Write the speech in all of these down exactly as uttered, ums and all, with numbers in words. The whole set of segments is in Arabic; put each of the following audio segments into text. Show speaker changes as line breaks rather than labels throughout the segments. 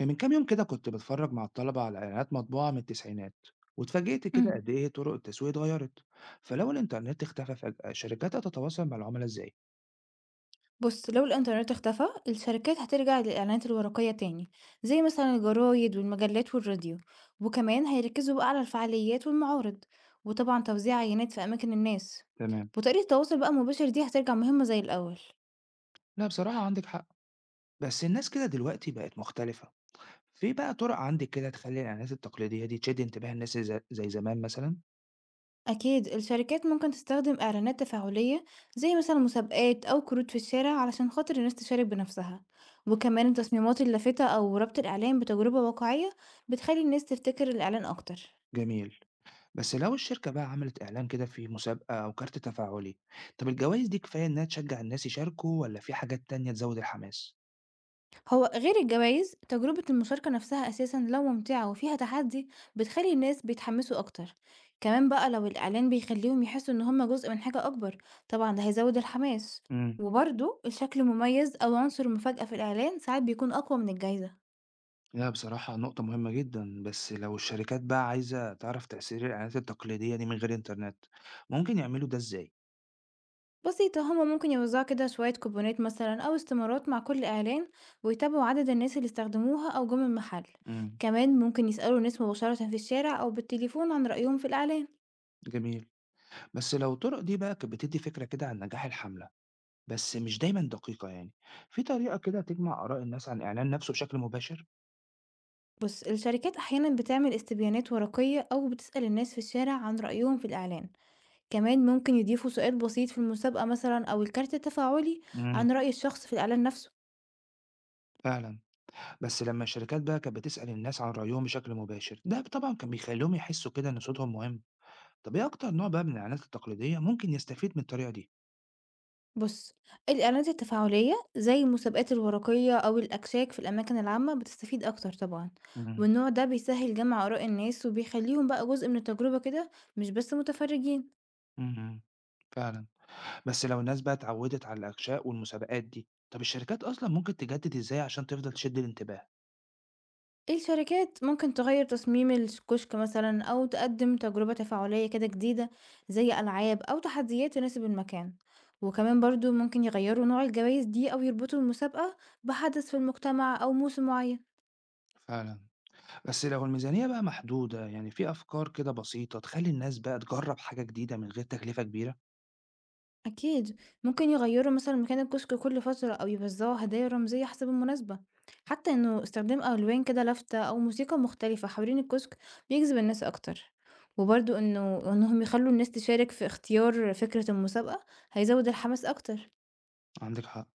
من كام يوم كده كنت بتفرج مع الطلبة على إعلانات مطبوعة من التسعينات، واتفاجئت كده
اهم.
قد إيه طرق التسويق اتغيرت. فلو الإنترنت اختفى فجأة الشركات هتتواصل مع العملاء إزاي؟
بُص، لو الإنترنت اختفى، الشركات هترجع للإعلانات الورقية تاني، زي مثلًا الجرايد والمجلات والراديو، وكمان هيركزوا بقى على الفعاليات والمعارض، وطبعًا توزيع عينات في أماكن الناس،
تمام.
وطريقة التواصل بقى المباشر دي هترجع مهمة زي الأول.
لا بصراحة عندك حق، بس الناس كده دلوقتي بقت مختلفة. في بقى طرق عندك كده تخلي الإعلانات التقليدية دي تشد انتباه الناس زي زي زمان مثلا؟
أكيد الشركات ممكن تستخدم إعلانات تفاعلية زي مثلًا مسابقات أو كروت في الشارع علشان خاطر الناس تشارك بنفسها، وكمان التصميمات اللافتة أو ربط الإعلان بتجربة واقعية بتخلي الناس تفتكر الإعلان أكتر.
جميل. بس لو الشركة بقى عملت إعلان كده في مسابقة أو كارت تفاعلي، طب الجوائز دي كفاية إنها تشجع الناس يشاركوا ولا في حاجات تانية تزود الحماس؟
هو غير الجوائز تجربة المشاركة نفسها أساسا لو ممتعة وفيها تحدي بتخلي الناس بيتحمسوا أكتر. كمان بقى لو الإعلان بيخليهم يحسوا إن هما جزء من حاجة أكبر طبعا ده هيزود الحماس.
مم.
وبرضه الشكل المميز أو عنصر المفاجأة في الإعلان ساعات بيكون أقوى من الجايزة.
لا بصراحة نقطة مهمة جدًا، بس لو الشركات بقى عايزة تعرف تأثير الإعلانات التقليدية دي من غير إنترنت، ممكن يعملوا ده إزاي؟
بسيطة، هما ممكن يوزعوا كده شوية كوبونات مثلا أو استمارات مع كل إعلان ويتابعوا عدد الناس اللي استخدموها أو جم المحل.
إمم،
كمان ممكن يسألوا ناس مباشرة في الشارع أو بالتليفون عن رأيهم في الإعلان.
جميل، بس لو الطرق دي بقى كانت بتدّي فكرة كده عن نجاح الحملة، بس مش دايمًا دقيقة يعني، في طريقة كده تجمع آراء الناس عن الإعلان نفسه بشكل مباشر؟
بص، الشركات أحيانا بتعمل استبيانات ورقية أو بتسأل الناس في الشارع عن رأيهم في الإعلان، كمان ممكن يضيفوا سؤال بسيط في المسابقة مثلا أو الكارت التفاعلي
إمم،
عن رأي الشخص في الإعلان نفسه.
فعلًا، بس لما الشركات بقى كانت بتسأل الناس عن رأيهم بشكل مباشر، ده طبعًا كان بيخلّيهم يحسوا كده إن صوتهم مهم، طب إيه أكتر نوع بقى من الإعلانات التقليدية ممكن يستفيد من الطريقة دي؟
بص، الإعلانات التفاعلية زي المسابقات الورقية أو الأكشاك في الأماكن العامة بتستفيد أكتر طبعا،
إمم،
والنوع ده بيسهل جمع آراء الناس وبيخليهم بقى جزء من التجربة كده، مش بس متفرجين.
إمم، امم، فعلًا. بس لو الناس بقى اتعودت على الأغشاء والمسابقات دي، طب الشركات أصلا ممكن تجدد إزاي عشان تفضل تشد الانتباه؟
إيه، الشركات ممكن تغير تصميم الكشك مثلا أو تقدم تجربة تفاعلية كده جديدة زي ألعاب أو تحديات تناسب المكان، وكمان برضو ممكن يغيروا نوع الجوائز دي أو يربطوا المسابقة بحدث في المجتمع أو موسم معين.
فعلا. بس لو الميزانية بقى محدودة، يعني في أفكار كده بسيطة تخلي الناس بقى تجرب حاجة جديدة من غير تكلفة كبيرة؟
أكيد، ممكن يغيروا مثلا مكان الكشك كل فترة أو يوزعوا هدايا رمزية حسب المناسبة، حتى إنه استخدام ألوان كده لافتة أو موسيقى مختلفة حوالين الكشك بيجذب الناس أكتر، وبرضو إنه إنهم يخلوا الناس تشارك في اختيار فكرة المسابقة هيزود الحماس أكتر.
عندك حق.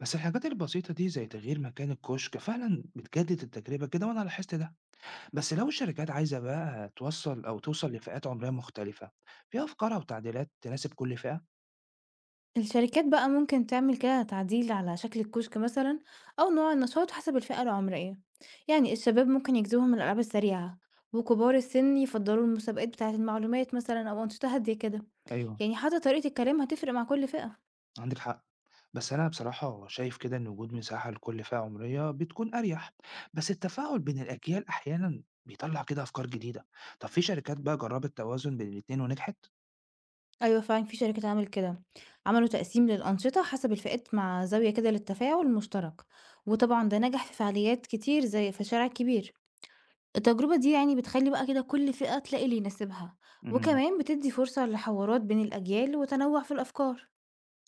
بس الحاجات البسيطة دي زي تغيير مكان الكشك فعلا بتجدد التجربة كده، وأنا لاحظت ده. بس لو الشركات عايزة بقى توصل أو توصل لفئات عمرية مختلفة، في أفكار أو تعديلات تناسب كل فئة؟
الشركات بقى ممكن تعمل كده تعديل على شكل الكشك مثلا أو نوع النشاط حسب الفئة العمرية، يعني الشباب ممكن يجذبهم الألعاب السريعة وكبار السن يفضلوا المسابقات بتاعة المعلومات مثلا أو أنشطة هادية كده.
ايوه.
يعني حتى طريقة الكلام هتفرق مع كل فئة.
عندك حق. بس أنا بصراحة شايف كده إن وجود مساحة لكل فئة عمرية بتكون أريح، بس التفاعل بين الأجيال أحيانا بيطلع كده أفكار جديدة. طب في شركات بقى جربت توازن بين الاتنين ونجحت؟
أيوة فعلا في شركات عملت كده، عملوا تقسيم للأنشطة حسب الفئات مع زاوية كده للتفاعل المشترك، وطبعا ده نجح في فعاليات كتير زي في الشارع الكبير. التجربة دي يعني بتخلي بقى كده كل فئة تلاقي اللي يناسبها،
امم.
وكمان بتدي فرصة لحوارات بين الأجيال وتنوع في الأفكار.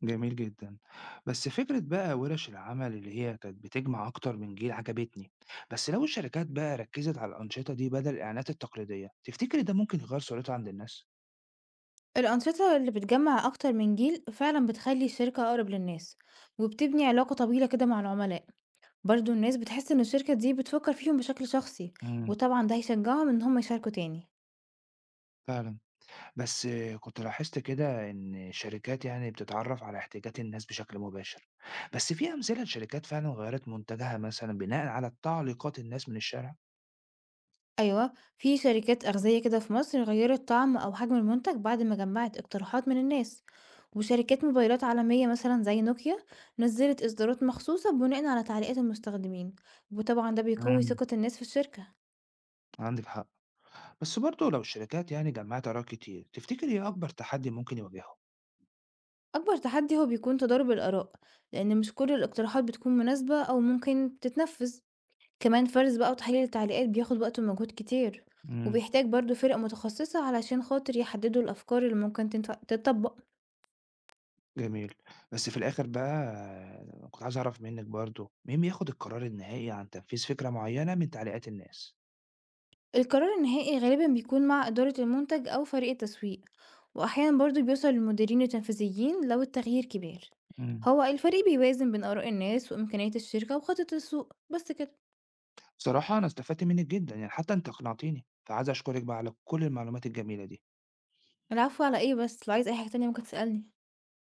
جميل جدا. بس فكرة بقى ورش العمل اللي هي كانت بتجمع أكتر من جيل عجبتني. بس لو الشركات بقى ركزت على الأنشطة دي بدل الإعلانات التقليدية، تفتكري ده ممكن يغير صورتها عند الناس؟
الأنشطة اللي بتجمع أكتر من جيل فعلا بتخلي الشركة أقرب للناس وبتبني علاقة طويلة كده مع العملاء، برضه الناس بتحس إن الشركة دي بتفكر فيهم بشكل شخصي،
امم.
وطبعا ده هيشجعهم إن هم يشاركوا تاني.
فعلا. بس كنت لاحظت كده إن الشركات يعني بتتعرف على احتياجات الناس بشكل مباشر، بس في أمثلة لشركات فعلا غيرت منتجها مثلا بناء على تعليقات الناس من الشارع؟
أيوة، في شركات أغذية كده في مصر غيرت طعم أو حجم المنتج بعد ما جمعت اقتراحات من الناس، وشركات موبايلات عالمية مثلا زي نوكيا نزلت إصدارات مخصوصة بناء على تعليقات المستخدمين، وطبعا ده بيقوي
مم.
ثقة الناس في الشركة.
عندك حق. بس برضه لو الشركات يعني جمعت آراء كتير، تفتكر إيه أكبر تحدي ممكن يواجهه؟
أكبر تحدي هو بيكون تضارب الآراء، لأن مش كل الاقتراحات بتكون مناسبة أو ممكن تتنفذ. كمان فرز بقى وتحليل التعليقات بياخد وقت ومجهود كتير،
مم.
وبيحتاج برضو فرق متخصصة علشان خاطر يحددوا الأفكار اللي ممكن تنت- تتطبق.
جميل. بس في الآخر بقى كنت عايز أعرف منك برضه، مين بياخد القرار النهائي عن تنفيذ فكرة معينة من تعليقات الناس؟
القرار النهائي غالبا بيكون مع إدارة المنتج أو فريق التسويق، وأحيانا برضو بيوصل للمديرين التنفيذيين لو التغيير كبير.
مم.
هو الفريق بيوازن بين آراء الناس وإمكانيات الشركة وخطة السوق بس كده.
بصراحة أنا استفدت منِّك جدًا، يعني حتى أنتِ أقنعتيني، فعايز أشكرِك بقى على كل المعلومات الجميلة دي.
العفو على إيه، بس لو عايز أي حاجة تانية ممكن تسألني.